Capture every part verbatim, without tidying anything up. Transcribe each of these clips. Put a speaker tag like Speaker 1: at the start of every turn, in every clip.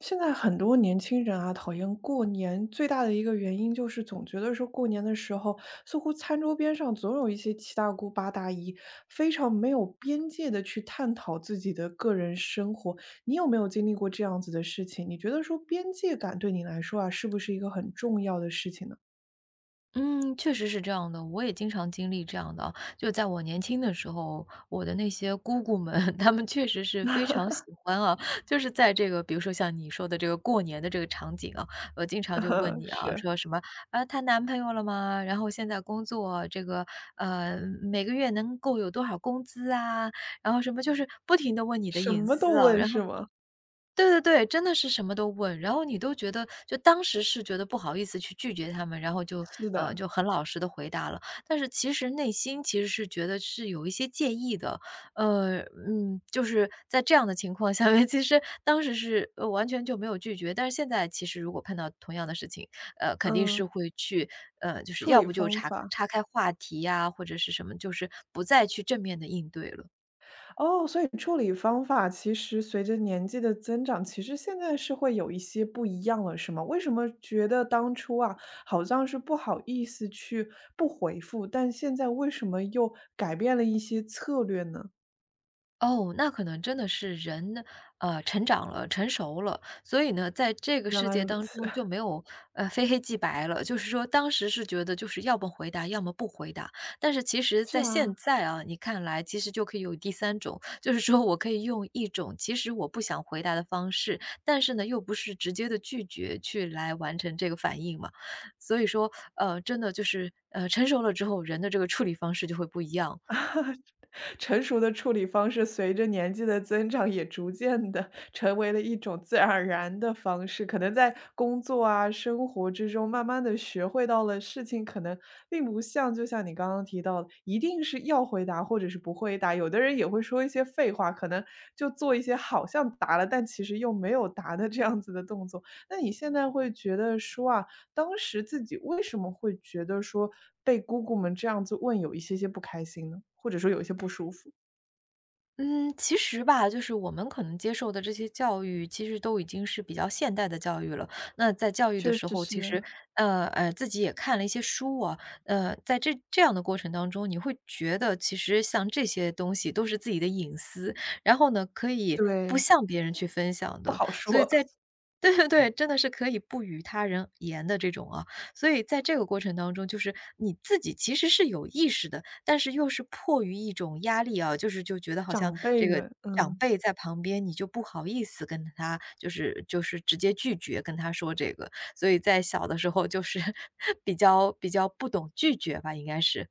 Speaker 1: 现在很多年轻人啊，讨厌过年最大的一个原因就是总觉得说过年的时候，似乎餐桌边上总有一些七大姑八大姨，非常没有边界的去探讨自己的个人生活。你有没有经历过这样子的事情？你觉得说边界感对你来说啊，是不是一个很重要的事情呢？
Speaker 2: 嗯，确实是这样的，我也经常经历这样的啊就在我年轻的时候，我的那些姑姑们，她们确实是非常喜欢啊，就是在这个比如说像你说的这个过年的这个场景啊，我经常就问 你啊，
Speaker 1: 是，
Speaker 2: 说什么啊，谈男朋友了吗？然后现在工作这个呃，每个月能够有多少工资啊？然后什么就是不停的问你的
Speaker 1: 什
Speaker 2: 隐
Speaker 1: 么
Speaker 2: 私
Speaker 1: 都
Speaker 2: 啊，
Speaker 1: 问
Speaker 2: 然后
Speaker 1: 是吗？
Speaker 2: 对对对，真的是什么都问，然后你都觉得就当时是觉得不好意思去拒绝他们，然后就，
Speaker 1: 是
Speaker 2: 呃，
Speaker 1: 的，
Speaker 2: 就很老实的回答了。但是其实内心其实是觉得是有一些介意的，呃，嗯，就是在这样的情况 下面，其实当时是，呃，完全就没有拒绝，但是现在其实如果碰到同样的事情，呃，肯定是
Speaker 1: 嗯，
Speaker 2: 会去，呃，就是
Speaker 1: 处
Speaker 2: 要
Speaker 1: 理
Speaker 2: 不就
Speaker 1: 方
Speaker 2: 岔
Speaker 1: 法。
Speaker 2: 岔开话题呀，或者是什么，就是不再去正面的应对了。
Speaker 1: 哦，所以处理方法其实随着年纪的增长，其实现在是会有一些不一样了，是吗？为什么觉得当初啊，好像是不好意思去不回复，但现在为什么又改变了一些策略呢？
Speaker 2: 哦，那可能真的是人呃，成长了、成熟了，所以呢，在这个
Speaker 1: 原
Speaker 2: 世
Speaker 1: 来
Speaker 2: 界
Speaker 1: 如
Speaker 2: 当
Speaker 1: 此，
Speaker 2: 中就没有呃非黑即白了。就是说，当时是觉得就是要么回答，要么不回答。但是其实，
Speaker 1: 是
Speaker 2: 在现
Speaker 1: 啊。
Speaker 2: 在啊，你看来其实就可以有第三种，就是说我可以用一种其实我不想回答的方式，但是呢，又不是直接的拒绝去来完成这个反应嘛。所以说，呃，真的就是呃，成熟了之后，人的这个处理方式就会不一样了。
Speaker 1: 成熟的处理方式，随着年纪的增长，也逐渐的成为了一种自然而然的方式。可能在工作啊、生活之中，慢慢的学会到了事情可能并不像就像你刚刚提到的，一定是要回答或者是不回答。有的人也会说一些废话，可能就做一些好像答了，但其实又没有答的这样子的动作。那你现在会觉得说啊，当时自己为什么会觉得说被姑姑们这样子问有一些些不开心呢？或者说有一些不舒服？
Speaker 2: 嗯，其实吧，就是我们可能接受的这些教育，其实都已经是比较现代的教育了。那在教育的
Speaker 1: 确
Speaker 2: 时
Speaker 1: 实
Speaker 2: 候，其
Speaker 1: 是。
Speaker 2: 实，呃呃，自己也看了一些书啊，呃，在这这样的过程当中，你会觉得其实像这些东西都是自己的隐私，然后呢，可以不
Speaker 1: 对，
Speaker 2: 向别人去分享
Speaker 1: 不
Speaker 2: 的，
Speaker 1: 好
Speaker 2: 所以
Speaker 1: 说，
Speaker 2: 在 对对对，真的是可以不与他人言的这种啊，所以在这个过程当中，就是你自己其实是有意识的，但是又是迫于一种压力啊，就是就觉得好像
Speaker 1: 长辈
Speaker 2: 这个
Speaker 1: 们，
Speaker 2: 长
Speaker 1: 嗯。
Speaker 2: 辈在旁边，你就不好意思跟他，就是就是直接拒绝跟他说这个。所以在小的时候就是 比较比较不懂拒绝吧，应该是。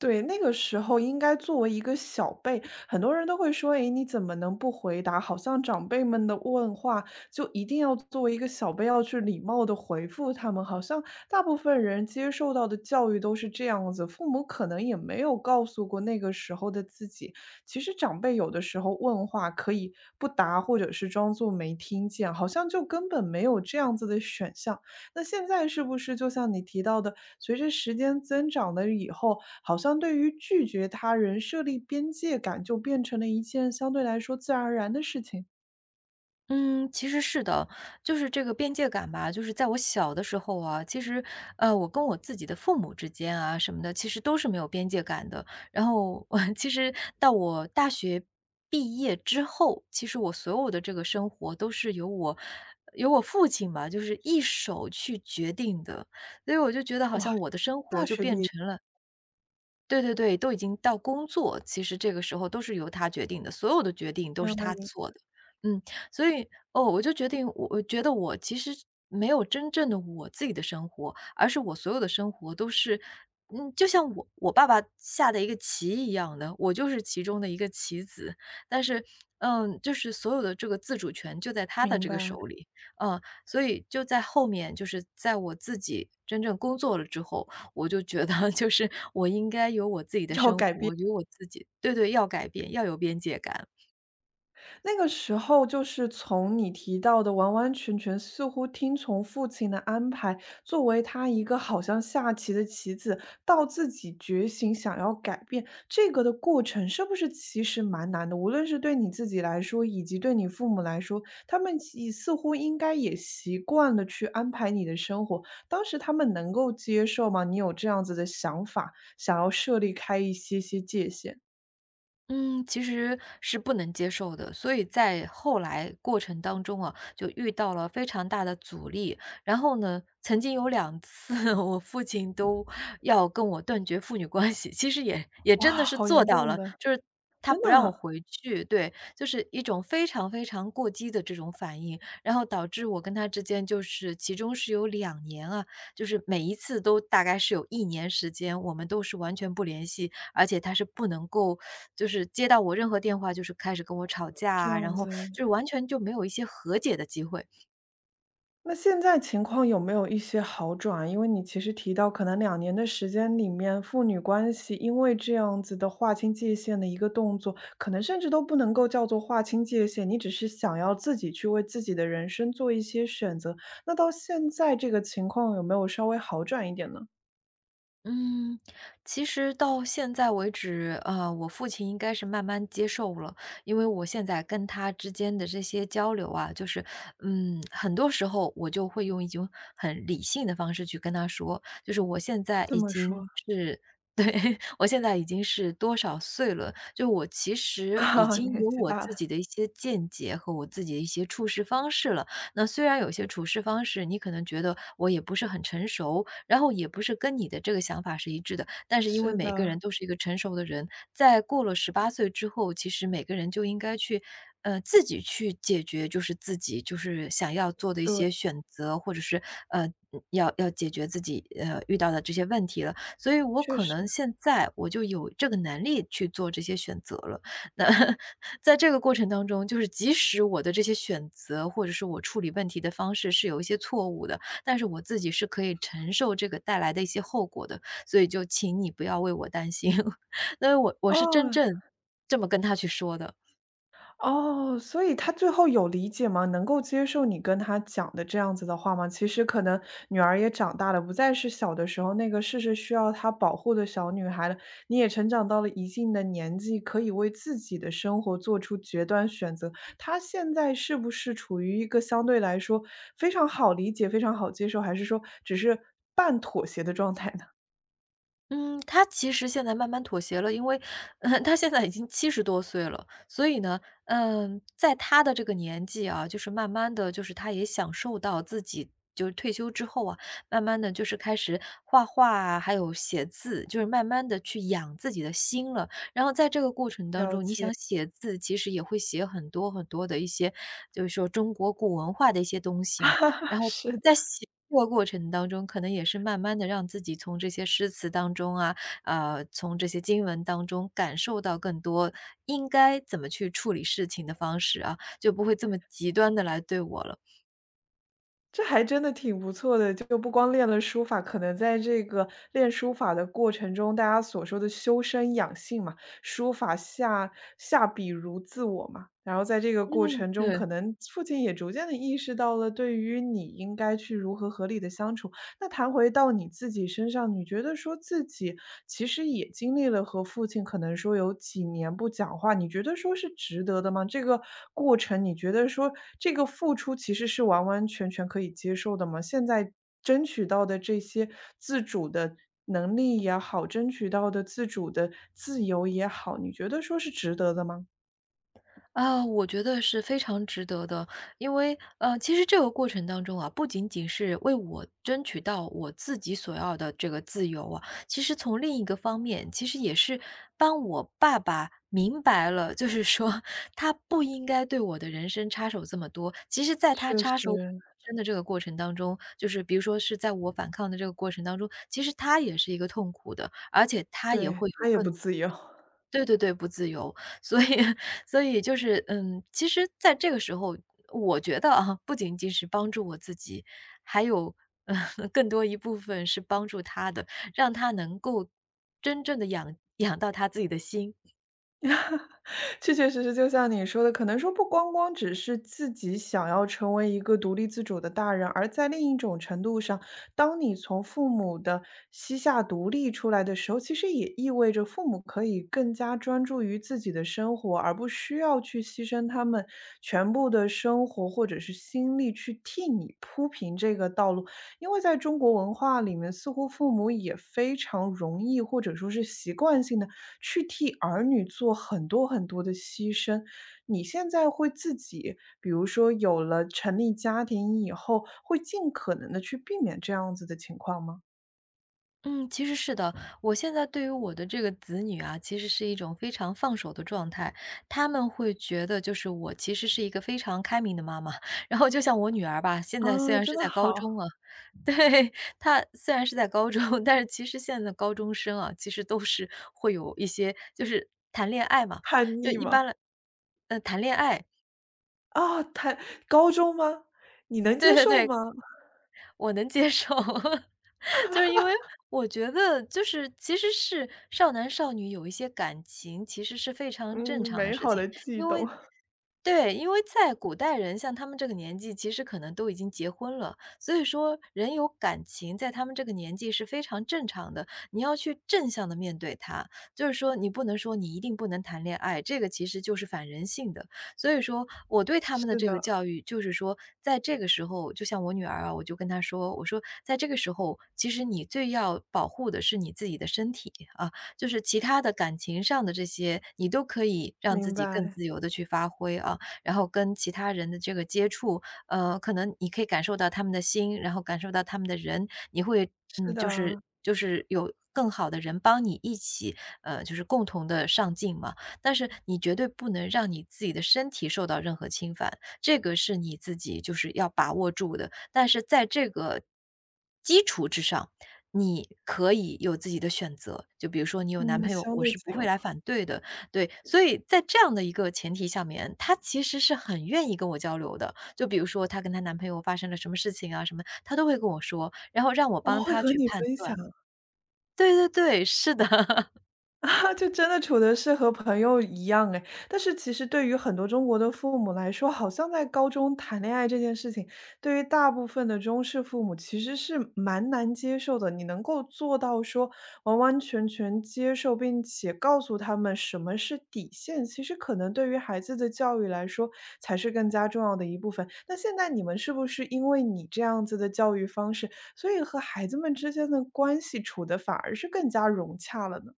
Speaker 1: 对，那个时候应该作为一个小辈，很多人都会说：“诶，你怎么能不回答？”好像长辈们的问话，就一定要作为一个小辈要去礼貌的回复他们。好像大部分人接受到的教育都是这样子，父母可能也没有告诉过那个时候的自己，其实长辈有的时候问话可以不答，或者是装作没听见，好像就根本没有这样子的选项。那现在是不是就像你提到的，随着时间增长了以后，好像对于拒绝他人设立边界感，就变成了一件相对来说自然而然的事情？
Speaker 2: 嗯，其实是的，就是这个边界感吧，就是在我小的时候啊，其实，呃，我跟我自己的父母之间啊什么的，其实都是没有边界感的。然后，其实到我大学毕业之后，其实我所有的这个生活都是由我由我父亲吧，就是一手去决定的。所以我就觉得好
Speaker 1: 哇，
Speaker 2: 像我的生活
Speaker 1: 大
Speaker 2: 就
Speaker 1: 学毕
Speaker 2: 变
Speaker 1: 业
Speaker 2: 成了对对对，都已经到工作，其实这个时候都是由他决定的，所有的决定
Speaker 1: 这
Speaker 2: 都是
Speaker 1: 样的
Speaker 2: 他
Speaker 1: 人，
Speaker 2: 做的。嗯，所以，哦，我就决定我我觉得我其实没有真正的我自己的生活，而是我所有的生活都是嗯，就像我我爸爸下的一个棋一样的，我就是其中的一个棋子。但是，嗯，就是所有的这个自主权就在他的
Speaker 1: 明
Speaker 2: 这个
Speaker 1: 白，
Speaker 2: 手里。嗯，所以就在后面，就是在我自己真正工作了之后，我就觉得就是我应该有我自己的
Speaker 1: 要
Speaker 2: 生
Speaker 1: 改变。
Speaker 2: 活，有我自己对对，要改变，要有边界感。
Speaker 1: 那个时候就是从你提到的完完全全似乎听从父亲的安排，作为他一个好像下棋的棋子，到自己觉醒想要改变，这个的过程是不是其实蛮难的？无论是对你自己来说，以及对你父母来说，他们也似乎应该也习惯了去安排你的生活。当时他们能够接受吗？你有这样子的想法，想要设立开一些些界限？
Speaker 2: 嗯，其实是不能接受的，所以在后来过程当中啊，就遇到了非常大的阻力。然后呢，曾经有两次 我父亲都要跟我断绝父女关系，其实也也
Speaker 1: 哇，
Speaker 2: 真的是
Speaker 1: 好
Speaker 2: 做
Speaker 1: 严
Speaker 2: 到
Speaker 1: 重
Speaker 2: 了，
Speaker 1: 的，
Speaker 2: 就是他
Speaker 1: 真
Speaker 2: 不
Speaker 1: 的
Speaker 2: 让我
Speaker 1: 啊
Speaker 2: 回去，对，就是一种非常非常过激的这种反应，然后导致我跟他之间就是其中是有两年啊，就是每一次都大概是有一年时间，我们都是完全不联系，而且他是不能够。就是接到我任何电话就是开始跟我吵架
Speaker 1: 这
Speaker 2: 啊然
Speaker 1: 样
Speaker 2: 后
Speaker 1: 子。
Speaker 2: 就是完全就没有一些和解的机会。
Speaker 1: 那现在情况有没有一些好转？因为你其实提到可能两年的时间里面，父女关系因为这样子的划清界限的一个动作，可能甚至都不能够叫做划清界限，你只是想要自己去为自己的人生做一些选择。那到现在这个情况有没有稍微好转一点呢？
Speaker 2: 嗯，其实到现在为止，呃，我父亲应该是慢慢接受了，因为我现在跟他之间的这些交流啊，就是，嗯，很多时候我就会用一种很理性的方式去跟他说，就是我现在
Speaker 1: 这
Speaker 2: 已
Speaker 1: 么
Speaker 2: 经
Speaker 1: 说
Speaker 2: 是 对，我现在已经是多少岁了，就我其 实已
Speaker 1: 啊，
Speaker 2: 经
Speaker 1: 年
Speaker 2: 有
Speaker 1: 纪
Speaker 2: 我
Speaker 1: 大
Speaker 2: 自
Speaker 1: 了，
Speaker 2: 己的一些见解和我自己的一些处事方式了。那虽然有些处事方式你可能觉得我也不是很成熟，然后也不是跟你的这个想法是一致的，但是因为
Speaker 1: 是
Speaker 2: 每个嗯
Speaker 1: 的，
Speaker 2: 人都是一个成熟的人，在过了十八岁之后，其实每个人就应该去，呃，自己去解决，就是自己就是想要做的一
Speaker 1: 对，
Speaker 2: 些选择，或者是，呃，要要解决自己，呃，遇到的这些问题了。所以我
Speaker 1: 确
Speaker 2: 可
Speaker 1: 实，
Speaker 2: 能现在我就有这个能力去做这些选择了。那 在这个过程当中，就是即使我的这些选择，或者是我处理问题的方式是有一些错误的，但是我自己是可以承受这个带来的一些后果的，所以就请你不要为我担心。因为我我是真
Speaker 1: 哦。
Speaker 2: 正这么跟他去说的。
Speaker 1: 哦，所以他最后有理解吗？能够接受你跟他讲的这样子的话吗？其实可能女儿也长大了，不再是小的时候那个事事需要她保护的小女孩了，你也成长到了一定的年纪，可以为自己的生活做出决断选择。他现在是不是处于一个相对来说非常好理解、非常好接受，还是说只是半妥协的状态呢？
Speaker 2: 嗯，他其实现在慢慢妥协了，因为，呃他现在已经七十多岁了，所以呢，嗯，在他的这个年纪啊，就是慢慢的就是他也享受到自己就是退休之后啊，慢慢的就是开始画画啊还有写字，就是慢慢的去养自己的心了。然后在这个过程当
Speaker 1: 了
Speaker 2: 中，你
Speaker 1: 解，
Speaker 2: 想写字，其实也会写很多很多的一些，就是说中国古文化的一些东西嘛，然 后
Speaker 1: 是的。
Speaker 2: 在写作过程当中，可能也是慢慢的让自己从这些诗词当中啊，呃，从这些经文当中感受到更多应该怎么去处理事情的方式啊，就不会这么极端的来对我了。
Speaker 1: 这还真的挺不错的，就不光练了书法，可能在这个练书法的过程中，大家所说的修身养性嘛，书法下下笔如自我嘛。然后在这个过
Speaker 2: 嗯，
Speaker 1: 程中，
Speaker 2: 对。
Speaker 1: 可能父亲也逐渐的意识到了，对于你应该去如何合理的相处，那谈回到你自己身上，你觉得说自己其实也经历了和父亲可能说有几年不讲话，你觉得说是值得的吗？这个过程你觉得说这个付出其实是完完全全可以接受的吗？现在争取到的这些自主的能力也好，争取到的自主的自由也好，你觉得说是值得的吗？
Speaker 2: 啊，我觉得是非常值得的，因为呃，其实这个过程当中啊，不仅仅是为我争取到我自己所要的这个自由啊，其实从另一个方面，其实也是帮我爸爸明白了，就是说 他不应该对我的人生插手这么多。其实，在他
Speaker 1: 确
Speaker 2: 插手。
Speaker 1: 实，
Speaker 2: 真的这个过程当中，就是比如说是在我反抗的这个过程当中，其实他也是一个痛苦的，而且他也
Speaker 1: 对，
Speaker 2: 会有
Speaker 1: 他也不
Speaker 2: 更
Speaker 1: 自由。
Speaker 2: 对对对，不自由。所以 所以就是，嗯，其实在这个时候，我觉得啊，不仅仅是帮助我自己，还有，呃 更多一部分是帮助他的，让他能够真正的养养到他自己的心。
Speaker 1: 确确实实，就像你说的，可能说不光光只是自己想要成为一个独立自主的大人，而在另一种程度上，当你从父母的膝下独立出来的时候，其实也意味着父母可以更加专注于自己的生活，而不需要去牺牲他们全部的生活或者是心力去替你铺平这个道路。因为在中国文化里面，似乎父母也非常容易，或者说是习惯性的去替儿女做很多很多的牺牲。你现在会自己，比如说有了成立家庭以后，会尽可能的去避免这样子的情况吗？
Speaker 2: 嗯，其实是的，我现在对于我的这个子女啊，其实是一种非常放手的状态。他们会觉得就是我其实是一个非常开明的妈妈，然后就像我女儿吧，现
Speaker 1: 啊，
Speaker 2: 在虽然
Speaker 1: 真
Speaker 2: 是
Speaker 1: 的
Speaker 2: 在高中
Speaker 1: 好。
Speaker 2: 了 对，他虽然是在高中，但是其实现在的高中生啊，其实都是会有一些就是谈恋爱嘛，
Speaker 1: 叛
Speaker 2: 就
Speaker 1: 逆
Speaker 2: 一
Speaker 1: 吗？
Speaker 2: 般来呃，谈恋爱，
Speaker 1: 啊，太高中吗？你能
Speaker 2: 对
Speaker 1: 接
Speaker 2: 对
Speaker 1: 受
Speaker 2: 对，
Speaker 1: 吗？
Speaker 2: 我能接受。就是因为我觉得，就是其实是少男少女有一些感情，其实是非常正
Speaker 1: 嗯，
Speaker 2: 常的
Speaker 1: 美
Speaker 2: 事
Speaker 1: 好
Speaker 2: 情。
Speaker 1: 的悸
Speaker 2: 因为
Speaker 1: 动。
Speaker 2: 对，因为在古代人，像他们这个年纪，其实可能都已经结婚了，所以说人有感情，在他们这个年纪是非常正常的。你要去正向的面对它，就是说你不能说你一定不能谈恋爱，这个其实就是反人性的。所以说我对他们的
Speaker 1: 是
Speaker 2: 这个
Speaker 1: 的，
Speaker 2: 教育，就是说在这个时候，就像我女儿啊，我就跟她说，我说在这个时候，其实你最要保护的是你自己的身体啊，就是其他的感情上的这些，你都可以让自
Speaker 1: 明
Speaker 2: 己更
Speaker 1: 白，
Speaker 2: 自由的去发挥啊，然后跟其他人的这个接触，呃，可能你可以感受到他们的心，然后感受到他们的人，你会
Speaker 1: 是
Speaker 2: 嗯，就是
Speaker 1: 的。
Speaker 2: 就是有更好的人帮你一起，呃，就是共同的上进嘛。但是你绝对不能让你自己的身体受到任何侵犯，这个是你自己就是要把握住的。但是在这个上，你可以有自己的选择，就比如说你有男
Speaker 1: 嗯，
Speaker 2: 朋友，
Speaker 1: 相
Speaker 2: 我
Speaker 1: 对
Speaker 2: 是不
Speaker 1: 自
Speaker 2: 会
Speaker 1: 由，
Speaker 2: 来反对的，对。所以在这样的一个前提下面，他其实是很愿意跟我交流的，就比如说她跟她男朋友发生了什么事情啊什么，她都会跟我说，然后让我
Speaker 1: 我
Speaker 2: 帮
Speaker 1: 会
Speaker 2: 她
Speaker 1: 和
Speaker 2: 去
Speaker 1: 你
Speaker 2: 判
Speaker 1: 分享。
Speaker 2: 断。对对对，是的。
Speaker 1: 啊，就真的处的是和朋友一样哎。但是其实对于很多中国的父母来说，好像在高中谈恋爱这件事情，对于大部分的中式父母其实是蛮难接受的。你能够做到说完完全全接受，并且告诉他们什么是底线，其实可能对于孩子的教育来说才是更加重要的一部分。那现在你们是不是因为你这样子的教育方式，所以和孩子们之间的关系处得反而是更加融洽了呢？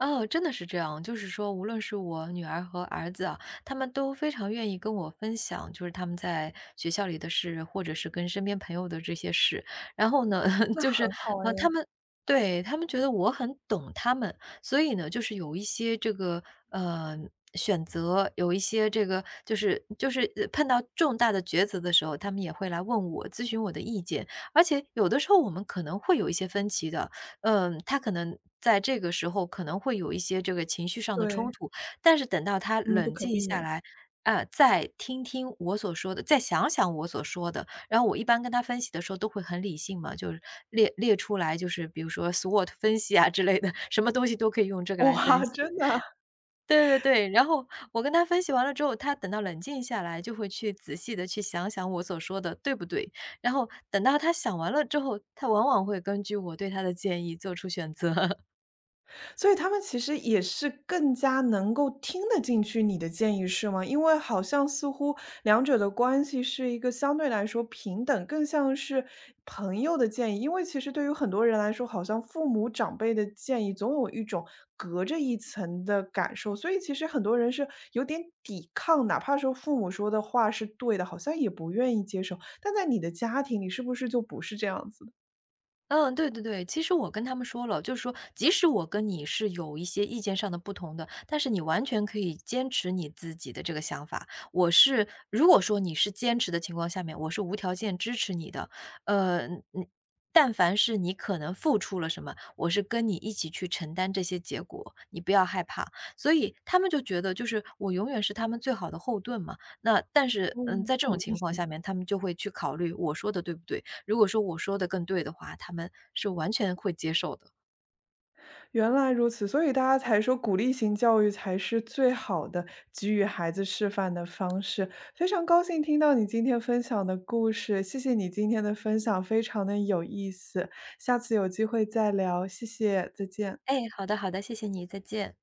Speaker 2: 哦，真的是这样。就是说，无论是我女儿和儿子啊，他们都非常愿意跟我分享，就是他们在学校里的事，或者是跟身边朋友的这些事。然后呢，
Speaker 1: 那
Speaker 2: 就是
Speaker 1: 很好哎，
Speaker 2: 呃，他们对他们觉得我很懂他们，所以呢，就是有一些这个呃选择，有一些这个就是就是呃碰到重大的抉择的时候，他们也会来问我，咨询我的意见。而且有的时候我们可能会有一些分歧的，嗯，他可能在这个时候可能会有一些这个情绪上的冲
Speaker 1: 对，
Speaker 2: 突，但是等到他
Speaker 1: 嗯，不
Speaker 2: 冷
Speaker 1: 可
Speaker 2: 静
Speaker 1: 避
Speaker 2: 下
Speaker 1: 免。
Speaker 2: 来，啊，再听听我所说的，再想想我所说的，然后我一般跟他分析的时候都会很理性嘛，就是列列出来，就是比如说 S W O T 分析啊之类的，什么东西都可以用这个来分
Speaker 1: 哇，
Speaker 2: 析。
Speaker 1: 真的啊
Speaker 2: 对对对，然后我跟他分析完了之后，他等到冷静下来，就会去仔细的去想想我所说的对不对。然后等到他想完了之后，他往往会根据我对他的建议做出选择。
Speaker 1: 所以他们其实也是更加能够听得进去你的建议，是吗？因为好像似乎两者的关系是一个相对来说平等，更像是朋友的建议。因为其实对于很多人来说，好像父母长辈的建议总有一种隔着一层的感受，所以其实很多人是有点抵抗，哪怕说父母说的话是对的，好像也不愿意接受。但在你的家庭里，是不是就不是这样子的？
Speaker 2: 嗯，对对对，其实我跟他们说了，就是说即使我跟你是有一些意见上的不同的，但是你完全可以坚持你自己的这个想法。我是如果说你是坚持的情况下面，我是无条件支持你的。呃，嗯，但凡是你可能付出了什么，我是跟你一起去承担这些结果，你不要害怕。所以他们就觉得，就是我永远是他们最好的后盾嘛。那但是，嗯，
Speaker 1: 嗯，
Speaker 2: 在这种
Speaker 1: 鼓励
Speaker 2: 情况
Speaker 1: 型
Speaker 2: 下面，他们就会去考虑我说的对不对。如果说我说的更对的话，他们是完全会接受的。
Speaker 1: 原来如此，所以大家才说鼓励型教育才是最好的给予孩子示范的方式。非常高兴听到你今天分享的故事，谢谢你今天的分享，非常的有意思。下次有机会再聊，谢谢，再见。
Speaker 2: 哎，好的好的，谢谢你，再见。